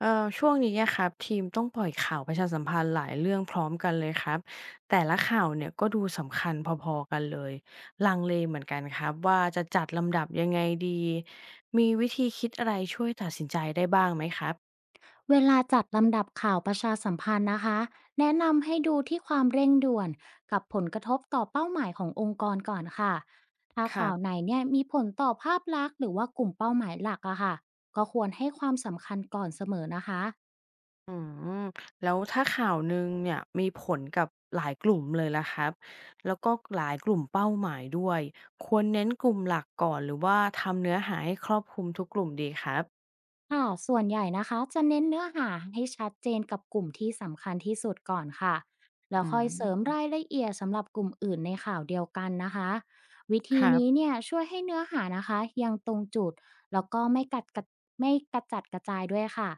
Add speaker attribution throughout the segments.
Speaker 1: เอ่อช่วงนี้อะครับทีมต้องปล่อยข่าวประชาสัมพันธ์หลายเรื่องพร้อมกันเลยครับแต่ละข่าวเนี่ยก็ดูสำคัญพอๆกันเลยลังเลเหมือนกันครับว่าจะจัดลำดับยังไงดีมีวิธีคิดอะไรช่วยตัดสินใจได้บ้างไหมครับ
Speaker 2: เวลาจัดลำดับข่าวประชาสัมพันธ์นะคะ แนะนำให้ดูที่ความเร่งด่วนกับผลกระทบต่อเป้าหมายขององค์กรก่อนค่ะ ถ้า
Speaker 1: ครั
Speaker 2: ข่าวไหน
Speaker 1: บ
Speaker 2: เนี่ยมีผลต่อภาพลักษณ์หรือว่ากลุ่มเป้าหมายหลักอะค่ะก็ควรให้ความสำคัญก่อนเสมอนะคะ
Speaker 1: อืมแล้วถ้าข่าวหนึ่งเนี่ยมีผลกับหลายกลุ่มเลยล่ะครับแล้วก็หลายกลุ่มเป้าหมายด้วยควรเน้นกลุ่มหลักก่อนหรือว่าทำเนื้อหาให้ครอบคลุมทุกกลุ่มดีครับ
Speaker 2: ค่ะส่วนใหญ่นะคะจะเน้นเนื้อหาให้ชัดเจนกับกลุ่มที่สำคัญที่สุดก่อนค่ะ แล้ว
Speaker 1: อื
Speaker 2: ค่อยเสริม
Speaker 1: ม
Speaker 2: รายละเอียดสำหรับกลุ่มอื่นในข่าวเดียวกันนะคะ วิ
Speaker 1: ค
Speaker 2: ธี
Speaker 1: รั
Speaker 2: นี้
Speaker 1: บ
Speaker 2: เนี่ยช่วยให้เนื้อหานะคะยังตรงจุดแล้วก็ไม่กัดกัดไม่กระจัดกระจายด้วยค่ะ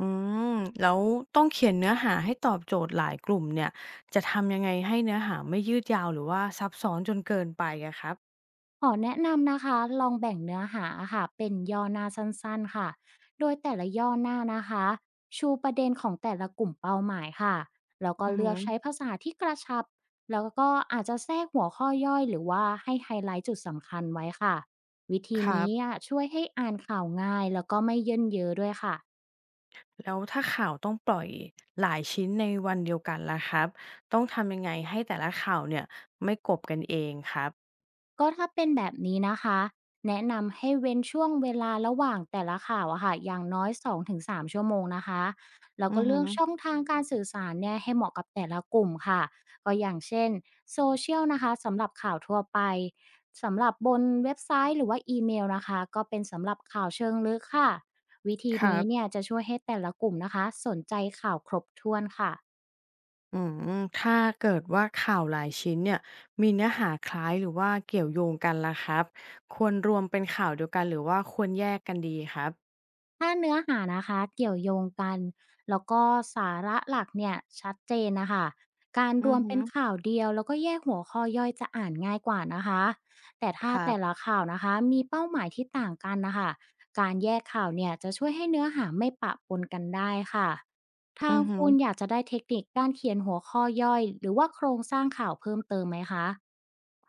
Speaker 1: อืมแล้วต้องเขียนเนื้อหาให้ตอบโจทย์หลายกลุ่มเนี่ยจะทำยังไงให้เนื้อหาไม่ยืดยาวหรือว่าซับซ้อนจนเกินไปอะครับ
Speaker 2: ขอแนะนำนะคะลองแบ่งเนื้อหาอค่ะเป็นย่อหน้าสั้นๆค่ะ โดยแต่ละย่อหน้านะคะชูประเด็นของแต่ละกลุ่มเป้าหมายค่ะแล้วก็
Speaker 1: อือ
Speaker 2: เลื
Speaker 1: หื
Speaker 2: อ
Speaker 1: อ
Speaker 2: กใช้ภาษาที่กระชับแล้วก็อาจจะแทรกหัวข้อย่อยหรือว่าให้ไฮไลท์จุดสำคัญไว้ค่ะวิธี
Speaker 1: ครั
Speaker 2: นี้
Speaker 1: บ
Speaker 2: อะช่วยให้อ่านข่าวง่ายแล้วก็ไม่เยินเยอะด้วยค่ะ
Speaker 1: แล้วถ้าข่าวต้องปล่อยหลายชิ้นในวันเดียวกันล่ะครับต้องทำยังไงให้แต่ละข่าวเนี่ยไม่กบกันเองครับ
Speaker 2: ก็ถ้าเป็นแบบนี้นะคะแนะนำให้เว้นช่วงเวลาระหว่างแต่ละข่าวอะค่ะอย่างน้อย2-3ชั่วโมงนะคะแล้ว
Speaker 1: อื
Speaker 2: ก็
Speaker 1: อหื
Speaker 2: เลือ
Speaker 1: อ
Speaker 2: กช่องทางการสื่อสารเนี่ยให้เหมาะกับแต่ละกลุ่มค่ะก็อย่างเช่นโซเชียลนะคะสำหรับข่าวทั่วไปสำหรับบนเว็บไซต์หรือว่าอีเมลนะคะก็เป็นสำหรับข่าวเชิงลึกค่ะวิธี
Speaker 1: ครั
Speaker 2: นี้
Speaker 1: บ
Speaker 2: เนี่ยจะช่วยให้แต่ละกลุ่มนะคะสนใจข่าวครบถ้วนค่ะ
Speaker 1: อืมถ้าเกิดว่าข่าวหลายชิ้นเนี่ยมีเนื้อหาคล้ายหรือว่าเกี่ยวโยงกันล่ะครับควรรวมเป็นข่าวเดียวกันหรือว่าควรแยกกันดีครับ
Speaker 2: ถ้าเนื้อหานะคะเกี่ยวโยงกันแล้วก็สาระหลักเนี่ยชัดเจนนะคะการ
Speaker 1: อื
Speaker 2: รว
Speaker 1: อ
Speaker 2: ม
Speaker 1: หื
Speaker 2: เป็
Speaker 1: อ
Speaker 2: นข่าวเดียวแล้วก็แยกหัวข้อย่อยจะอ่านง่ายกว่านะคะแต่ถ้า
Speaker 1: ครั
Speaker 2: แต่ละ
Speaker 1: บ
Speaker 2: ข่าวนะคะมีเป้าหมายที่ต่างกันนะคะการแยกข่าวเนี่ยจะช่วยให้เนื้อหาไม่ปะปนกันได้ค่ะทา
Speaker 1: อื
Speaker 2: ง
Speaker 1: อฮึ
Speaker 2: คุณอยากจะได้เทคนิคการเขียนหัวข้อย่อยหรือว่าโครงสร้างข่าวเพิ่มเติมไหมคะ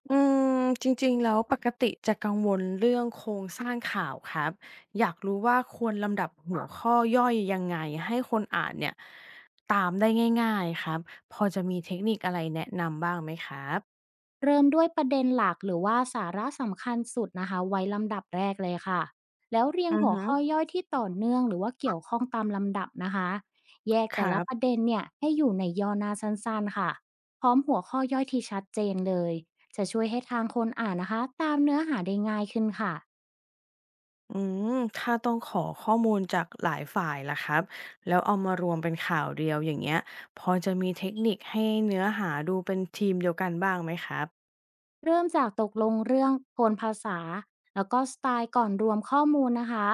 Speaker 1: อืมจริงๆแล้วปกติจะกังวลเรื่องโครงสร้างข่าวครับอยากรู้ว่าควรลำดับหัวข้อย่อยยังไงให้คนอ่านเนี่ยตามได้ง่ายๆครับพอจะมีเทคนิคอะไรแนะนำบ้างไหมครับ
Speaker 2: เริ่มด้วยประเด็นหลักหรือว่าสาระสำคัญสุดนะคะไว้ลำดับแรกเลยค่ะแล้วเรียง
Speaker 1: อือ
Speaker 2: หัว
Speaker 1: ฮึ
Speaker 2: ข้อย่อยที่ต่อเนื่องหรือว่าเกี่ยวข้องตามลำดับนะคะแยก
Speaker 1: ค
Speaker 2: แต่
Speaker 1: รั
Speaker 2: ละประ
Speaker 1: บ
Speaker 2: เด็นเนี่ยให้อยู่ในย่อหน้าสั้นๆค่ะพร้อมหัวข้อย่อยที่ชัดเจนเลยจะช่วยให้ทางคนอ่านนะคะตามเนื้อหาได้ง่ายขึ้นค่ะ
Speaker 1: อืมถ้าต้องขอข้อมูลจากหลายฝ่ายล่ะครับแล้วเอามารวมเป็นข่าวเดียวอย่างเงี้ยพอจะมีเทคนิคให้เนื้อหาดูเป็นทีมเดียวกันบ้างไหมครับ
Speaker 2: เริ่มจากตกลงเรื่องโทนภาษาแล้วก็สไตล์ก่อนรวมข้อมูลนะคะ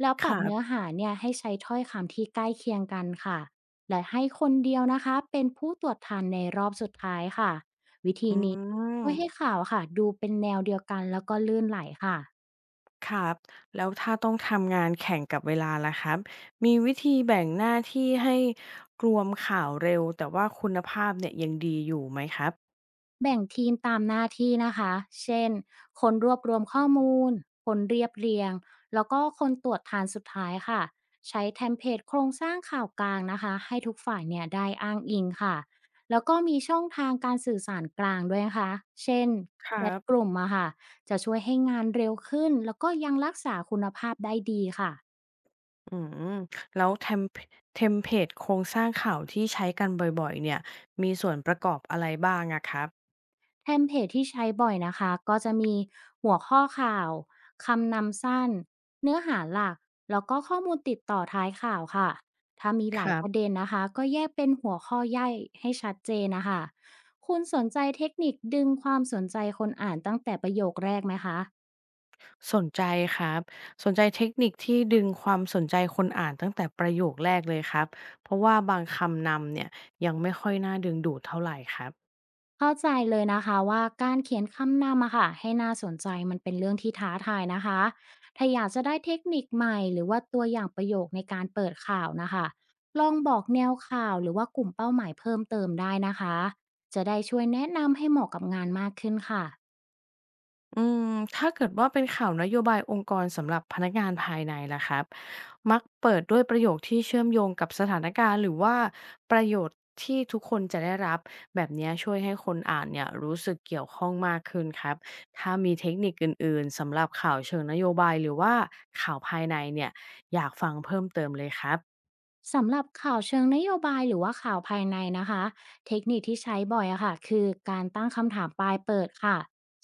Speaker 2: แล้ว
Speaker 1: ค
Speaker 2: ปรับ
Speaker 1: รั
Speaker 2: เนื้อ
Speaker 1: บ
Speaker 2: หาเนี่ยให้ใช้ถ้อยคำที่ใกล้เคียงกันค่ะและให้คนเดียวนะคะเป็นผู้ตรวจทานในรอบสุดท้ายค่ะ
Speaker 1: อื
Speaker 2: ช่
Speaker 1: ม
Speaker 2: วยให้ข่าวค่ะดูเป็นแนวเดียวกันแล้วก็ลื่นไหลค่ะ
Speaker 1: ครับแล้วถ้าต้องทำงานแข่งกับเวลาล่ะครับมีวิธีแบ่งหน้าที่ให้รวมข่าวเร็วแต่ว่าคุณภาพเนี่ยยังดีอยู่ไหมครับ
Speaker 2: แบ่งทีมตามหน้าที่นะคะ เช่นคนรวบรวมข้อมูล คนเรียบเรียง แล้วก็คนตรวจทานสุดท้ายค่ะ ใช้เทมเพลตโครงสร้างข่าวกลางนะคะ ให้ทุกฝ่ายเนี่ยได้อ้างอิงค่ะ แล้วก็มีช่องทางการสื่อสารกลางด้วยนะคะเช่น
Speaker 1: ค
Speaker 2: แช
Speaker 1: รั
Speaker 2: ท
Speaker 1: บ
Speaker 2: กลุ่มอะค่ะ จะช่วยให้งานเร็วขึ้นแล้วก็ยังรักษาคุณภาพได้ดีค่ะ
Speaker 1: อืมแล้วเทมเพลตโครงสร้างข่าวที่ใช้กันบ่อยๆเนี่ยมีส่วนประกอบอะไรบ้างอะครับ
Speaker 2: เทมเพลตที่ใช้บ่อยนะคะก็จะมีหัวข้อข่าวคำนำสั้นเนื้อหาหลักแล้วก็ข้อมูลติดต่อท้ายข่าวค่ะถ้ามี
Speaker 1: ค
Speaker 2: หลาย
Speaker 1: รั
Speaker 2: ประ
Speaker 1: บ
Speaker 2: เด็นนะคะก็แยกเป็นหัวข้อย่อยให้ชัดเจนนะคะคุณสนใจเทคนิคดึงความสนใจคนอ่านตั้งแต่ประโยคแรกไหมคะ
Speaker 1: สนใจครับสนใจเทคนิคที่ดึงความสนใจคนอ่านตั้งแต่ประโยคแรกเลยครับเพราะว่าบางคำนำเนี่ยยังไม่ค่อยน่าดึงดูดเท่าไหรครับ
Speaker 2: เข้าใจเลยนะคะว่าการเขียนคำนำอะค่ะให้น่าสนใจมันเป็นเรื่องที่ท้าทายนะคะถ้าอยากจะได้เทคนิคใหม่หรือว่าตัวอย่างประโยคในการเปิดข่าวนะคะลองบอกแนวข่าวหรือว่ากลุ่มเป้าหมายเพิ่มเติมได้นะคะ จะได้ช่วยแนะนำให้เหมาะกับงานมากขึ้นค่ะ
Speaker 1: อืมถ้าเกิดว่าเป็นข่าวนโยบายองค์กรสำหรับพนักงานภายในล่ะครับมักเปิดด้วยประโยคที่เชื่อมโยงกับสถานการณ์หรือว่าประโยชน์ที่ทุกคนจะได้รับแบบเนี้ยช่วยให้คนอ่านเนี่ยรู้สึกเกี่ยวข้องมากขึ้นครับถ้ามีเทคนิคอื่นๆสำหรับข่าวเชิงนโยบายหรือว่าข่าวภายในเนี่ยอยากฟังเพิ่มเติมเลยครับ
Speaker 2: สำหรับข่าวเชิงนโยบายหรือว่าข่าวภายในนะคะเทคนิคที่ใช้บ่อยอะค่ะคือการตั้งคำถามปลายเปิดค่ะ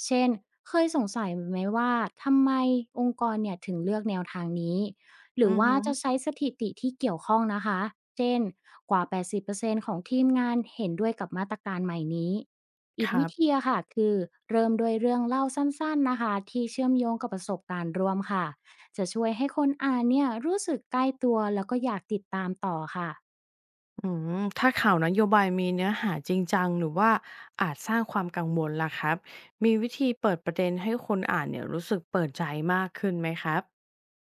Speaker 2: เช่นเคยสงสัยไหมว่าทำไมองค์กรเนี่ยถึงเลือกแนวทางนี้หรื
Speaker 1: อื
Speaker 2: อ
Speaker 1: อ
Speaker 2: ว่า
Speaker 1: ฮึ
Speaker 2: จะใช้สถิติที่เกี่ยวข้องนะคะเช่นกว่า80%ของทีมงานเห็นด้วยกับมาตรการใหม่นี้
Speaker 1: ค
Speaker 2: อีก
Speaker 1: รั
Speaker 2: วิธี
Speaker 1: บ
Speaker 2: อะค่ะคือเริ่มด้วยเรื่องเล่าสั้นๆนะคะที่เชื่อมโยงกับประสบการณ์ร่วมค่ะ จะช่วยให้คนอ่านเนี่ยรู้สึกใกล้ตัวแล้วก็อยากติดตามต่อค่ะ
Speaker 1: อืมถ้าข่าวนโยบายมีเนื้อหาจริงจังหรือว่าอาจสร้างความกังวลล่ะครับมีวิธีเปิดประเด็นให้คนอ่านเนี่ยรู้สึกเปิดใจมากขึ้นไหมครับ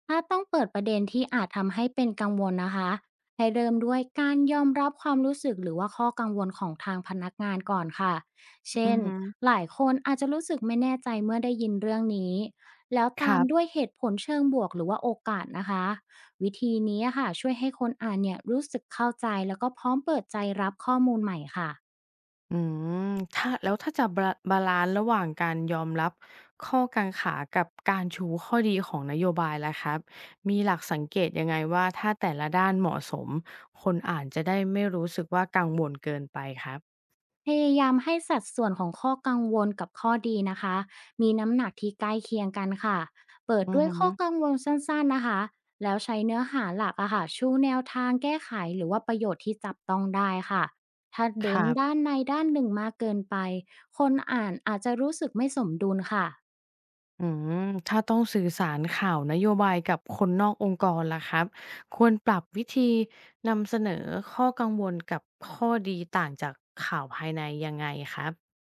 Speaker 2: ถ้าต้องเปิดประเด็นที่อาจทำให้เป็นกังวลนะคะให้เริ่มด้วยการยอมรับความรู้สึกหรือว่าข้อกังวลของทางพนักงานก่อนค่ะ
Speaker 1: อื
Speaker 2: เช่
Speaker 1: อ
Speaker 2: น
Speaker 1: ฮึ
Speaker 2: หลายคนอาจจะรู้สึกไม่แน่ใจเมื่อได้ยินเรื่องนี้แล้ว
Speaker 1: ค
Speaker 2: ตา
Speaker 1: รั
Speaker 2: มด้
Speaker 1: บ
Speaker 2: วยเหตุผลเชิงบวกหรือว่าโอกาสนะคะวิธีนี้ค่ะช่วยให้คนอ่านเนี่ยรู้สึกเข้าใจแล้วก็พร้อมเปิดใจรับข้อมูลใหม่ค่ะ
Speaker 1: อืมถ้าแล้วถ้าจะบาบาลันซ์ระหว่างการยอมรับข้อกังขากับการชูข้อดีของนโยบายแล้ะครับมีหลักสังเกตยังไงว่าถ้าแต่ละด้านเหมาะสมคนอ่านจะได้ไม่รู้สึกว่ากังวลเกินไปครับ
Speaker 2: พยายามให้สัดส่วนของข้อกังวลกับข้อดีนะคะมีน้ำหนักที่ใกล้เคียงกันค่ะเปิด
Speaker 1: อือ
Speaker 2: ด้วย
Speaker 1: ฮึ
Speaker 2: ข้อกังวลสั้นๆนะคะแล้วใช้เนื้อหาหลักอะค่ะชูแนวทางแก้ไขหรือว่าประโยชน์ที่จับต้องได้ค่ะถ้า
Speaker 1: ค
Speaker 2: เด้น
Speaker 1: รั
Speaker 2: ด้าน
Speaker 1: บ
Speaker 2: ในด้านหนึ่งมากเกินไปคนอ่านอาจจะรู้สึกไม่สมดุลค่ะ
Speaker 1: อืมถ้าต้องสื่อสารข่าวนโยบายกับคนนอกองค์กรล่ะครับควรปรับวิธีนำเสนอข้อกังวลกับข้อดีต่างจากข่าวภายในยังไงครับ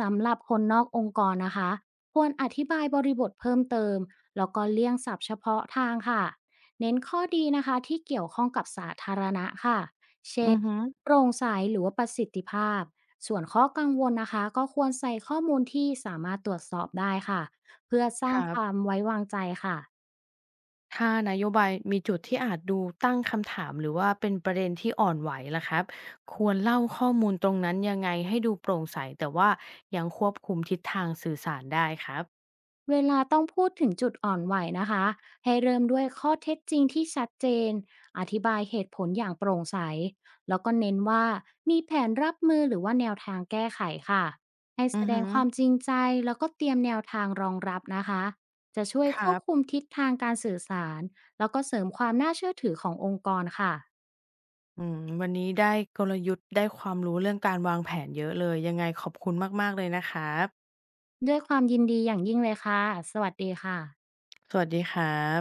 Speaker 2: สำหรับคนนอกองค์กรนะคะควรอธิบายบริบทเพิ่มเติมแล้วก็เลี่ยงศัพท์เฉพาะทางค่ะเน้นข้อดีนะคะที่เกี่ยวข้องกับสาธารณะค่ะเช่น
Speaker 1: อือฮึ
Speaker 2: โปร่งใสหรือว่าประสิทธิภาพส่วนข้อกังวลนะคะก็ควรใส่ข้อมูลที่สามารถตรวจสอบได้ค่ะเพื่อสร้า
Speaker 1: ค
Speaker 2: ง
Speaker 1: รั
Speaker 2: ความ
Speaker 1: บ
Speaker 2: ไว้วางใจค่ะ
Speaker 1: ถ้านโยบายมีจุดที่อาจดูตั้งคำถามหรือว่าเป็นประเด็นที่อ่อนไหวล่ะครับควรเล่าข้อมูลตรงนั้นยังไงให้ดูโปร่งใสแต่ว่ายังควบคุมทิศทางสื่อสารได้ครับ
Speaker 2: เวลาต้องพูดถึงจุดอ่อนไหวนะคะให้เริ่มด้วยข้อเท็จจริงที่ชัดเจนอธิบายเหตุผลอย่างโปร่งใสแล้วก็เน้นว่ามีแผนรับมือหรือว่าแนวทางแก้ไขค่ะให้แส
Speaker 1: อือ
Speaker 2: ด
Speaker 1: ฮึ
Speaker 2: งความจริงใจแล้วก็เตรียมแนวทางรองรับนะคะจะช่วย
Speaker 1: ค
Speaker 2: คว
Speaker 1: รั
Speaker 2: บคุ
Speaker 1: บ
Speaker 2: มทิศทางการสื่อสารแล้วก็เสริมความน่าเชื่อถือขององค์กรค่ะ
Speaker 1: อืมวันนี้ได้กลยุทธ์ได้ความรู้เรื่องการวางแผนเยอะเลยยังไงขอบคุณมากๆเลยนะครับ
Speaker 2: ด้วยความยินดีอย่างยิ่งเลยค่ะสวัสดีค่ะ
Speaker 1: สวัสดีครับ